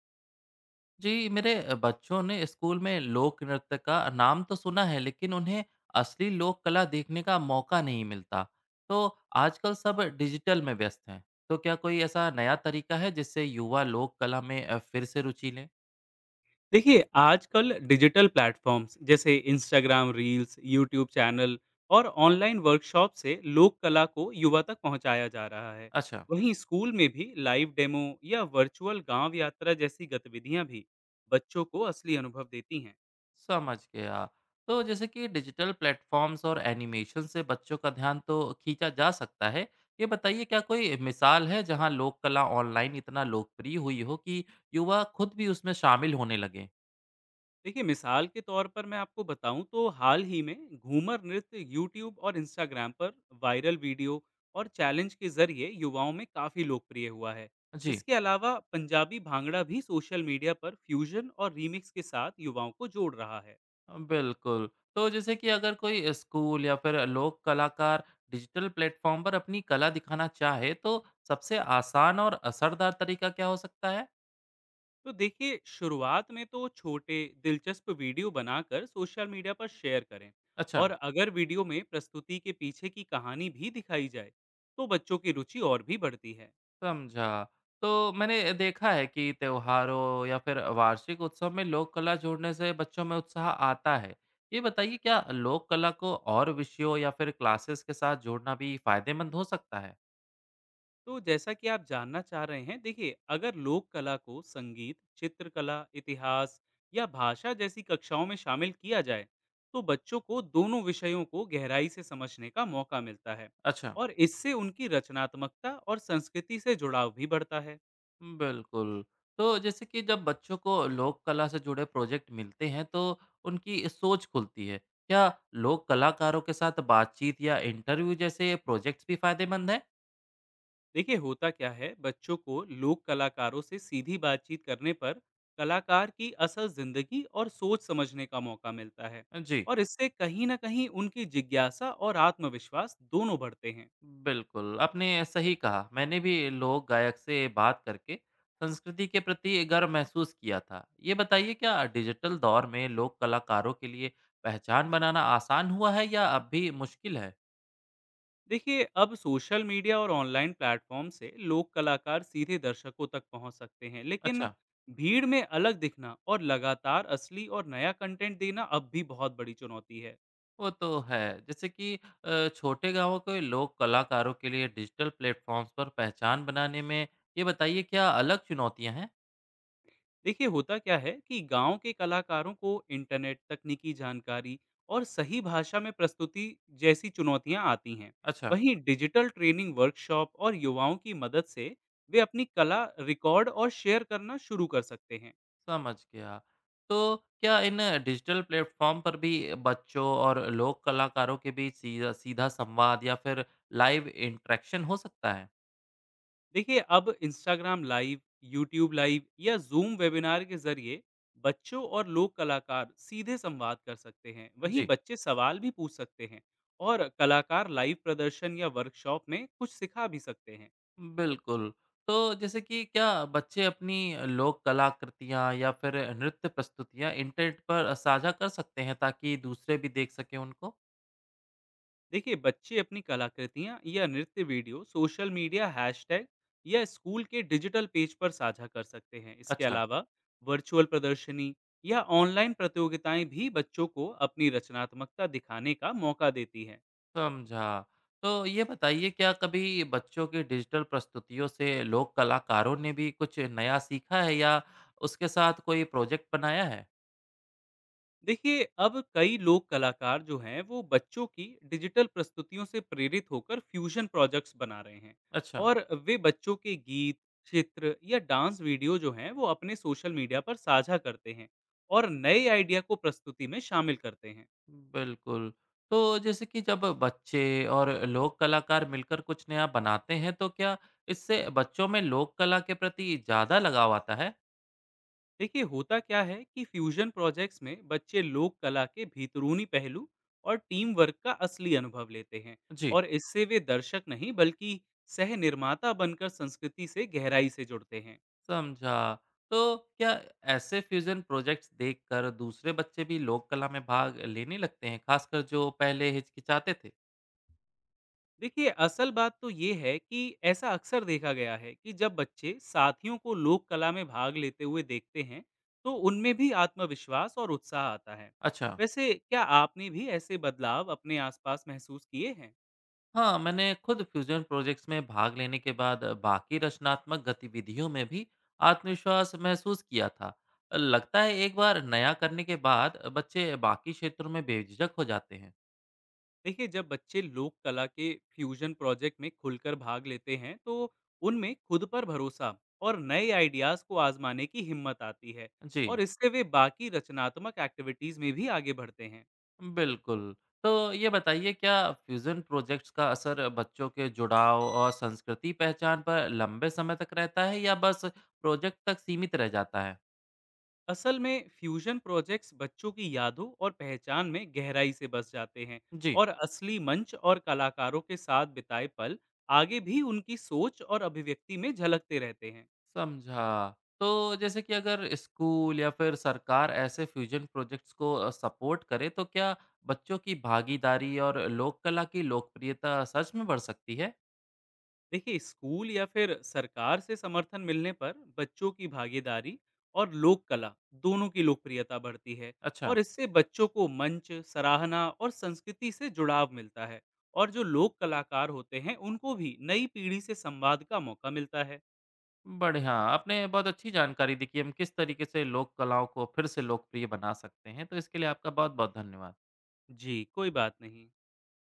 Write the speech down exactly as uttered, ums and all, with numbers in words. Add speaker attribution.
Speaker 1: जी, मेरे अ, बच्चों ने स्कूल में लोक नृत्य का नाम तो सुना है, लेकिन उन्हें असली लोक कला देखने का मौका नहीं मिलता। तो आजकल सब डिजिटल में व्यस्त हैं। तो क्या कोई ऐसा नया तरीका है जिससे युवा लोक कला में अ, फिर से रुचि लें?
Speaker 2: देखिए आजकल डिजिटल प्लेटफॉर्म्स जैसे इंस्टाग्राम रील्स, यूट्यूब चैनल और ऑनलाइन वर्कशॉप से लोक कला को युवा तक पहुंचाया जा रहा है।
Speaker 1: अच्छा,
Speaker 2: वहीं स्कूल में भी लाइव डेमो या वर्चुअल गांव यात्रा जैसी गतिविधियां भी बच्चों को असली अनुभव देती हैं।
Speaker 1: समझ गया। तो जैसे कि डिजिटल प्लेटफॉर्म्स और एनिमेशन से बच्चों का ध्यान तो खींचा जा सकता है। ये बताइए क्या कोई मिसाल है जहां लोक कला ऑनलाइन इतना लोकप्रिय हुई हो कि युवा खुद भी उसमें शामिल होने लगे?
Speaker 2: देखिए, मिसाल के तौर पर मैं आपको बताऊँ तो हाल ही में घूमर नृत्य यूट्यूब और इंस्टाग्राम पर वायरल वीडियो और चैलेंज के ज़रिए युवाओं में काफ़ी लोकप्रिय हुआ है।
Speaker 1: जी।
Speaker 2: इसके अलावा पंजाबी भांगड़ा भी सोशल मीडिया पर फ्यूजन और रीमिक्स के साथ युवाओं को जोड़ रहा है।
Speaker 1: बिल्कुल। तो जैसे कि अगर कोई स्कूल या फिर लोक कलाकार डिजिटल प्लेटफ़ॉर्म पर अपनी कला दिखाना चाहे, तो सबसे आसान और असरदार तरीका क्या हो सकता है?
Speaker 2: तो देखिए, शुरुआत में तो छोटे, दिलचस्प वीडियो बनाकर सोशल मीडिया पर शेयर करें।
Speaker 1: अच्छा।
Speaker 2: और अगर वीडियो में प्रस्तुति के पीछे की कहानी भी दिखाई जाए, तो बच्चों की रुचि और भी बढ़ती है।
Speaker 1: समझा। तो मैंने देखा है कि त्योहारों या फिर वार्षिक उत्सव में लोक कला जोड़ने से बच्चों में उत्साह आता है। ये बताइए क्या लोक कला को और विषयों या फिर क्लासेस के साथ जोड़ना भी फ़ायदेमंद हो सकता है?
Speaker 2: तो जैसा कि आप जानना चाह रहे हैं, देखिए अगर लोक कला को संगीत, चित्रकला, इतिहास या भाषा जैसी कक्षाओं में शामिल किया जाए तो बच्चों को दोनों विषयों को गहराई से समझने का मौका मिलता है।
Speaker 1: अच्छा।
Speaker 2: और इससे उनकी रचनात्मकता और संस्कृति से जुड़ाव भी बढ़ता है।
Speaker 1: बिल्कुल। तो जैसे कि जब बच्चों को लोक कला से जुड़े प्रोजेक्ट मिलते हैं तो उनकी सोच खुलती है। क्या लोक कलाकारों के साथ बातचीत या इंटरव्यू जैसे प्रोजेक्ट्स भी फ़ायदेमंद हैं?
Speaker 2: देखिए, होता क्या है, बच्चों को लोक कलाकारों से सीधी बातचीत करने पर कलाकार की असल जिंदगी और सोच समझने का मौका मिलता है।
Speaker 1: जी,
Speaker 2: और इससे कहीं ना कहीं उनकी जिज्ञासा और आत्मविश्वास दोनों बढ़ते हैं।
Speaker 1: बिल्कुल। आपने सही कहा। मैंने भी लोक गायक से बात करके संस्कृति के प्रति गर्व महसूस किया था। ये बताइए क्या डिजिटल दौर में लोक कलाकारों के लिए पहचान बनाना आसान हुआ है या अब भी मुश्किल है?
Speaker 2: देखिए, अब सोशल मीडिया और ऑनलाइन प्लेटफॉर्म से लोक कलाकार सीधे दर्शकों तक पहुंच सकते हैं, लेकिन
Speaker 1: अच्छा।
Speaker 2: भीड़ में अलग दिखना और लगातार असली और नया कंटेंट देना अब भी बहुत बड़ी चुनौती है।
Speaker 1: वो तो है। जैसे कि अ, छोटे गाँवों के लोक कलाकारों के लिए डिजिटल प्लेटफ़ॉर्म्स पर पहचान बनाने में ये बताइए क्या अलग चुनौतियाँ हैं?
Speaker 2: देखिए, होता क्या है कि गांव के कलाकारों को इंटरनेट, तकनीकी जानकारी और सही भाषा में प्रस्तुति जैसी चुनौतियां आती हैं।
Speaker 1: अच्छा,
Speaker 2: वहीं डिजिटल ट्रेनिंग, वर्कशॉप और युवाओं की मदद से वे अपनी कला रिकॉर्ड और शेयर करना शुरू कर सकते हैं।
Speaker 1: समझ गया। तो क्या इन डिजिटल प्लेटफ़ॉर्म पर भी बच्चों और लोक कलाकारों के बीच सीधा सीधा संवाद या फिर लाइव इंटरैक्शन हो सकता है?
Speaker 2: देखिए, अब इंस्टाग्राम लाइव, यूट्यूब लाइव या जूम वेबिनार के जरिए बच्चों और लोक कलाकार सीधे संवाद कर सकते हैं। वहीं
Speaker 1: जी,
Speaker 2: बच्चे सवाल भी पूछ सकते हैं। और कलाकार लाइव प्रदर्शन या वर्कशॉप में कुछ सिखा भी सकते हैं।
Speaker 1: बिल्कुल। तो जैसे कि क्या बच्चे अपनी लोक कलाकृतियाँ या फिर नृत्य प्रस्तुतियाँ इंटरनेट पर साझा कर सकते हैं ताकि दूसरे भी देख सकें उनको?
Speaker 2: देखिए, बच्चे अपनी कलाकृतियाँ या नृत्य वीडियो सोशल मीडिया हैशटैग या स्कूल के डिजिटल पेज पर साझा कर सकते हैं। इसके
Speaker 1: अच्छा,
Speaker 2: अलावा वर्चुअल प्रदर्शनी या ऑनलाइन प्रतियोगिताएं भी बच्चों को अपनी रचनात्मकता दिखाने का मौका देती हैं।
Speaker 1: समझा। तो ये बताइए क्या कभी बच्चों की डिजिटल प्रस्तुतियों से लोक कलाकारों ने भी कुछ नया सीखा है या उसके साथ कोई प्रोजेक्ट बनाया है?
Speaker 2: देखिए, अब कई लोक कलाकार जो हैं वो बच्चों की डिजिटल प्रस्तुतियों से प्रेरित होकर फ्यूजन प्रोजेक्ट्स बना रहे हैं।
Speaker 1: अच्छा,
Speaker 2: और वे बच्चों के गीत, चित्र या डांस वीडियो जो हैं वो अपने सोशल मीडिया पर साझा करते हैं। और नए आइडिया को प्रस्तुति में शामिल करते हैं।
Speaker 1: बिल्कुल। तो जैसे कि जब बच्चे और लोक कलाकार मिलकर कुछ नया बनाते हैं तो क्या इससे बच्चों में लोक कला के प्रति ज़्यादा लगाव आता है?
Speaker 2: देखिए, होता क्या है कि फ्यूजन प्रोजेक्ट्स में बच्चे लोक कला के भीतरूनी पहलू और टीम वर्क का असली अनुभव लेते हैं।
Speaker 1: जी।
Speaker 2: और इससे वे दर्शक नहीं, बल्कि सह निर्माता बनकर संस्कृति से गहराई से जुड़ते हैं।
Speaker 1: समझा। तो क्या ऐसे फ्यूज़न प्रोजेक्ट्स देखकर दूसरे बच्चे भी लोक कला में भाग लेने लगते हैं, खासकर जो पहले हिचकिचाते थे?
Speaker 2: देखिए, असल बात तो ये है कि ऐसा अक्सर देखा गया है कि जब बच्चे साथियों को लोक कला में भाग लेते हुए देखते हैं, तो उनमें भी आत्मविश्वास और उत्साह आता है।
Speaker 1: अच्छा।
Speaker 2: वैसे क्या आपने भी ऐसे बदलाव अपने आसपास महसूस किए हैं?
Speaker 1: हाँ, मैंने खुद फ्यूज़न प्रोजेक्ट्स में भाग लेने के बाद बाकी रचनात्मक गतिविधियों में भी आत्मविश्वास महसूस किया था। लगता है एक बार नया करने के बाद बच्चे बाकी क्षेत्रों में बेझिझक हो जाते हैं।
Speaker 2: देखिए, जब बच्चे लोक कला के फ्यूजन प्रोजेक्ट में खुलकर भाग लेते हैं, तो उनमें खुद पर भरोसा और नए आइडियाज़ को आजमाने की हिम्मत आती है।
Speaker 1: जी।
Speaker 2: और इससे वे बाकी रचनात्मक एक्टिविटीज़ में भी आगे बढ़ते हैं।
Speaker 1: बिल्कुल। तो ये बताइए क्या फ्यूज़न प्रोजेक्ट्स का असर बच्चों के जुड़ाव और संस्कृति पहचान पर लंबे समय तक रहता है या बस प्रोजेक्ट तक सीमित रह जाता है?
Speaker 2: असल में फ्यूजन प्रोजेक्ट्स बच्चों की यादों और पहचान में गहराई से बस जाते हैं।
Speaker 1: जी।
Speaker 2: और असली मंच और कलाकारों के साथ बिताए पल आगे भी उनकी सोच और अभिव्यक्ति में झलकते रहते हैं।
Speaker 1: समझा। तो जैसे कि अगर स्कूल या फिर सरकार ऐसे फ्यूज़न प्रोजेक्ट्स को अ, सपोर्ट करे तो क्या बच्चों की भागीदारी और लोक कला की लोकप्रियता सच में बढ़ सकती है?
Speaker 2: देखिए, स्कूल या फिर सरकार से समर्थन मिलने पर बच्चों की भागीदारी और लोक कला दोनों की लोकप्रियता बढ़ती है।
Speaker 1: अच्छा।
Speaker 2: और इससे बच्चों को मंच, सराहना और संस्कृति से जुड़ाव मिलता है। और जो लोक कलाकार होते हैं उनको भी नई पीढ़ी से संवाद का मौका मिलता है।
Speaker 1: बढ़िया, आपने बहुत अच्छी जानकारी दी कि हम किस तरीके से लोक कलाओं को फिर से लोकप्रिय बना सकते हैं, तो इसके लिए आपका बहुत-बहुत धन्यवाद।
Speaker 2: जी, कोई बात नहीं।